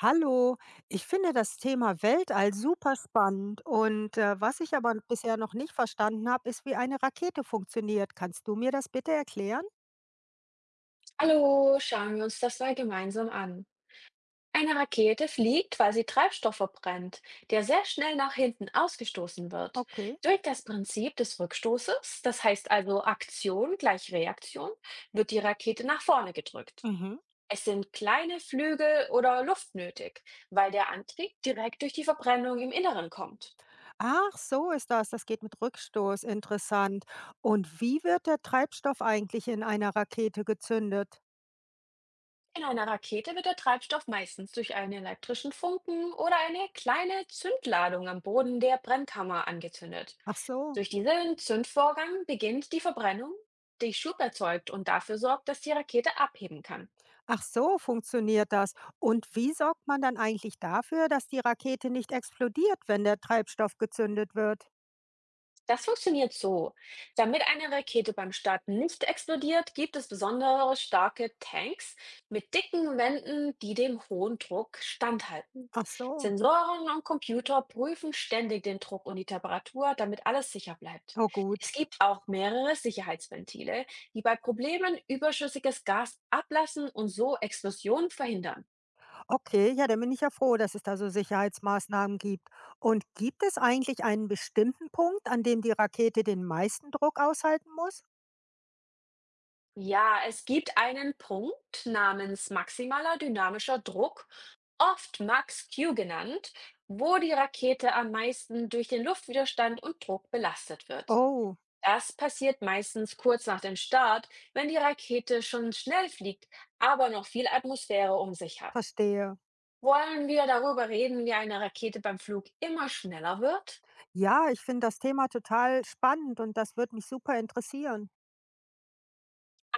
Hallo, ich finde das Thema Weltall super spannend und was ich aber bisher noch nicht verstanden habe, ist, wie eine Rakete funktioniert. Kannst du mir das bitte erklären? Hallo, schauen wir uns das mal gemeinsam an. Eine Rakete fliegt, weil sie Treibstoff verbrennt, der sehr schnell nach hinten ausgestoßen wird. Okay. Durch das Prinzip des Rückstoßes, das heißt also Aktion gleich Reaktion, wird die Rakete nach vorne gedrückt. Mhm. Es sind kleine Flügel oder Luft nötig, weil der Antrieb direkt durch die Verbrennung im Inneren kommt. Ach, so ist das. Das geht mit Rückstoß. Interessant. Und wie wird der Treibstoff eigentlich in einer Rakete gezündet? In einer Rakete wird der Treibstoff meistens durch einen elektrischen Funken oder eine kleine Zündladung am Boden der Brennkammer angezündet. Ach so. Durch diesen Zündvorgang beginnt die Verbrennung, die Schub erzeugt und dafür sorgt, dass die Rakete abheben kann. Ach so, funktioniert das. Und wie sorgt man dann eigentlich dafür, dass die Rakete nicht explodiert, wenn der Treibstoff gezündet wird? Das funktioniert so. Damit eine Rakete beim Start nicht explodiert, gibt es besondere starke Tanks mit dicken Wänden, die dem hohen Druck standhalten. Ach so. Sensoren und Computer prüfen ständig den Druck und die Temperatur, damit alles sicher bleibt. Oh gut. Es gibt auch mehrere Sicherheitsventile, die bei Problemen überschüssiges Gas ablassen und so Explosionen verhindern. Okay, ja, dann bin ich ja froh, dass es da so Sicherheitsmaßnahmen gibt. Und gibt es eigentlich einen bestimmten Punkt, an dem die Rakete den meisten Druck aushalten muss? Ja, es gibt einen Punkt namens maximaler dynamischer Druck, oft Max Q genannt, wo die Rakete am meisten durch den Luftwiderstand und Druck belastet wird. Oh, Das passiert meistens kurz nach dem Start, wenn die Rakete schon schnell fliegt, aber noch viel Atmosphäre um sich hat. verstehe. Wollen wir darüber reden, wie eine Rakete beim Flug immer schneller wird? Ja, ich finde das Thema total spannend und das würde mich super interessieren.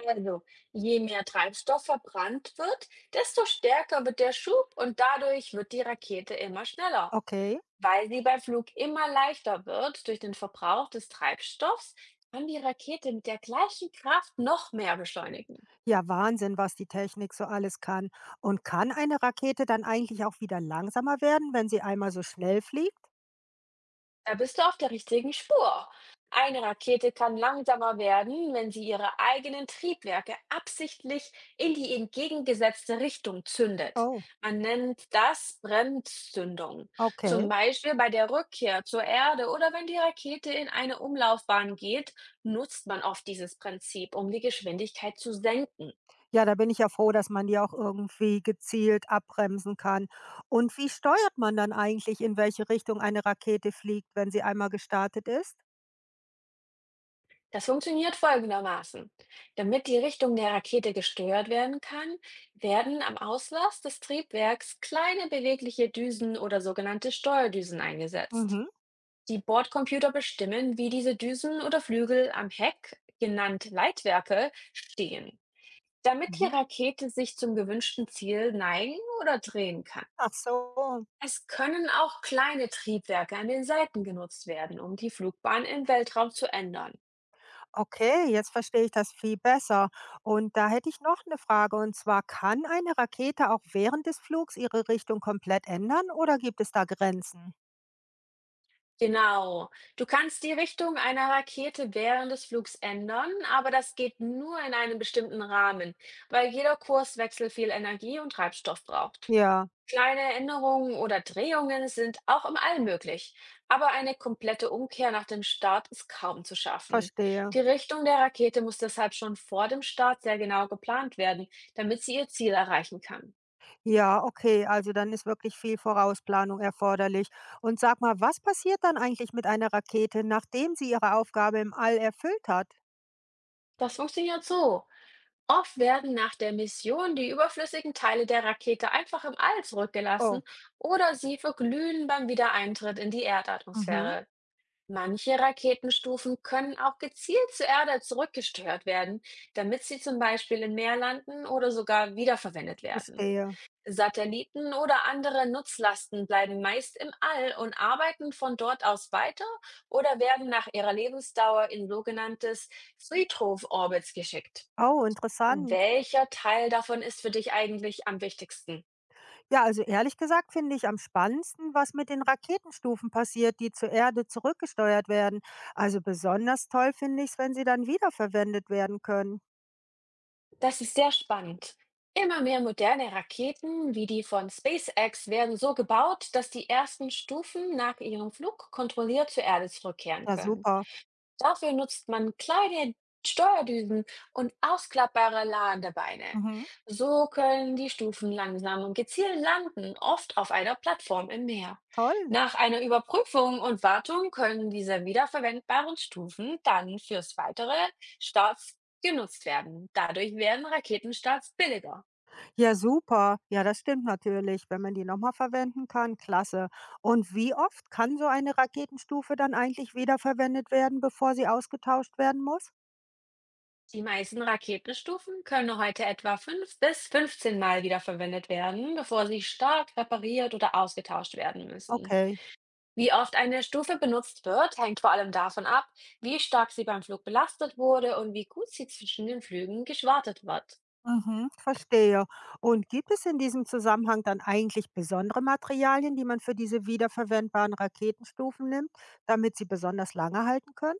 Also, je mehr Treibstoff verbrannt wird, desto stärker wird der Schub und dadurch wird die Rakete immer schneller. Okay. Weil sie beim Flug immer leichter wird durch den Verbrauch des Treibstoffs, kann die Rakete mit der gleichen Kraft noch mehr beschleunigen. Ja, Wahnsinn, was die Technik so alles kann. Und kann eine Rakete dann eigentlich auch wieder langsamer werden, wenn sie einmal so schnell fliegt? Da bist du auf der richtigen Spur. Eine Rakete kann langsamer werden, wenn sie ihre eigenen Triebwerke absichtlich in die entgegengesetzte Richtung zündet. Oh, Man nennt das Bremszündung. okay. Zum Beispiel bei der Rückkehr zur Erde oder wenn die Rakete in eine Umlaufbahn geht, nutzt man oft dieses Prinzip, um die Geschwindigkeit zu senken. Ja, da bin ich ja froh, dass man die auch irgendwie gezielt abbremsen kann. Und wie steuert man dann eigentlich, in welche Richtung eine Rakete fliegt, wenn sie einmal gestartet ist? Das funktioniert folgendermaßen. Damit die Richtung der Rakete gesteuert werden kann, werden am Auslass des Triebwerks kleine bewegliche Düsen oder sogenannte Steuerdüsen eingesetzt. Mhm, Die Bordcomputer bestimmen, wie diese Düsen oder Flügel am Heck, genannt Leitwerke, stehen, damit die mhm. Rakete sich zum gewünschten Ziel neigen oder drehen kann. Ach so, Es können auch kleine Triebwerke an den Seiten genutzt werden, um die Flugbahn im Weltraum zu ändern. okay, jetzt verstehe ich das viel besser. Und da hätte ich noch eine Frage, und zwar, kann eine Rakete auch während des Flugs ihre Richtung komplett ändern oder gibt es da Grenzen? Genau. Du kannst die Richtung einer Rakete während des Flugs ändern, aber das geht nur in einem bestimmten Rahmen, weil jeder Kurswechsel viel Energie und Treibstoff braucht. Ja, Kleine Änderungen oder Drehungen sind auch im All möglich, aber eine komplette Umkehr nach dem Start ist kaum zu schaffen. verstehe. Die Richtung der Rakete muss deshalb schon vor dem Start sehr genau geplant werden, damit sie ihr Ziel erreichen kann. Ja, okay, also dann ist wirklich viel Vorausplanung erforderlich. Und sag mal, was passiert dann eigentlich mit einer Rakete, nachdem sie ihre Aufgabe im All erfüllt hat? Das funktioniert so. Oft werden nach der Mission die überflüssigen Teile der Rakete einfach im All zurückgelassen Oh, oder sie verglühen beim Wiedereintritt in die mhm, Erdatmosphäre. Manche Raketenstufen können auch gezielt zur Erde zurückgesteuert werden, damit sie zum Beispiel im Meer landen oder sogar wiederverwendet werden. verstehe. Satelliten oder andere Nutzlasten bleiben meist im All und arbeiten von dort aus weiter oder werden nach ihrer Lebensdauer in sogenanntes Friedhof-Orbits geschickt. Oh, interessant. Welcher Teil davon ist für dich eigentlich am wichtigsten? Ja, also ehrlich gesagt finde ich am spannendsten, was mit den Raketenstufen passiert, die zur Erde zurückgesteuert werden. Also besonders toll finde ich es, wenn sie dann wiederverwendet werden können. Das ist sehr spannend. Immer mehr moderne Raketen wie die von SpaceX werden so gebaut, dass die ersten Stufen nach ihrem Flug kontrolliert zur Erde zurückkehren Ja, können. super. Dafür nutzt man kleine Steuerdüsen und ausklappbare Ladebeine. Mhm, So können die Stufen langsam und gezielt landen, oft auf einer Plattform im Meer. toll. Nach einer Überprüfung und Wartung können diese wiederverwendbaren Stufen dann fürs weitere Starts genutzt werden. Dadurch werden Raketenstarts billiger. Ja, super. Ja, das stimmt natürlich. Wenn man die nochmal verwenden kann, klasse. Und wie oft kann so eine Raketenstufe dann eigentlich wiederverwendet werden, bevor sie ausgetauscht werden muss? Die meisten Raketenstufen können heute etwa 5 bis 15 Mal wiederverwendet werden, bevor sie stark repariert oder ausgetauscht werden müssen. Okay. Wie oft eine Stufe benutzt wird, hängt vor allem davon ab, wie stark sie beim Flug belastet wurde und wie gut sie zwischen den Flügen geschwartet wird. Mhm, verstehe. Und gibt es in diesem Zusammenhang dann eigentlich besondere Materialien, die man für diese wiederverwendbaren Raketenstufen nimmt, damit sie besonders lange halten können?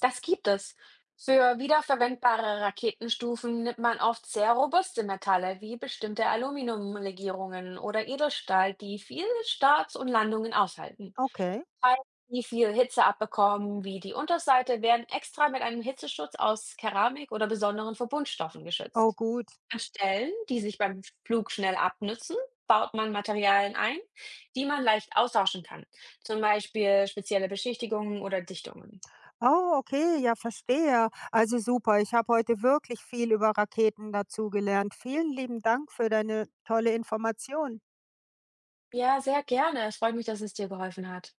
Das gibt es. Für wiederverwendbare Raketenstufen nimmt man oft sehr robuste Metalle wie bestimmte Aluminiumlegierungen oder Edelstahl, die viele Starts und Landungen aushalten. Okay. Teile, die viel Hitze abbekommen, wie die Unterseite, werden extra mit einem Hitzeschutz aus Keramik oder besonderen Verbundstoffen Oh geschützt. gut. An Stellen, die sich beim Flug schnell abnutzen, baut man Materialien ein, die man leicht austauschen kann. Zum Beispiel spezielle Beschichtigungen oder Dichtungen. Oh, okay, ja, verstehe. Also super, ich habe heute wirklich viel über Raketen dazugelernt. Vielen lieben Dank für deine tolle Information. Ja, sehr gerne. Es freut mich, dass es dir geholfen hat.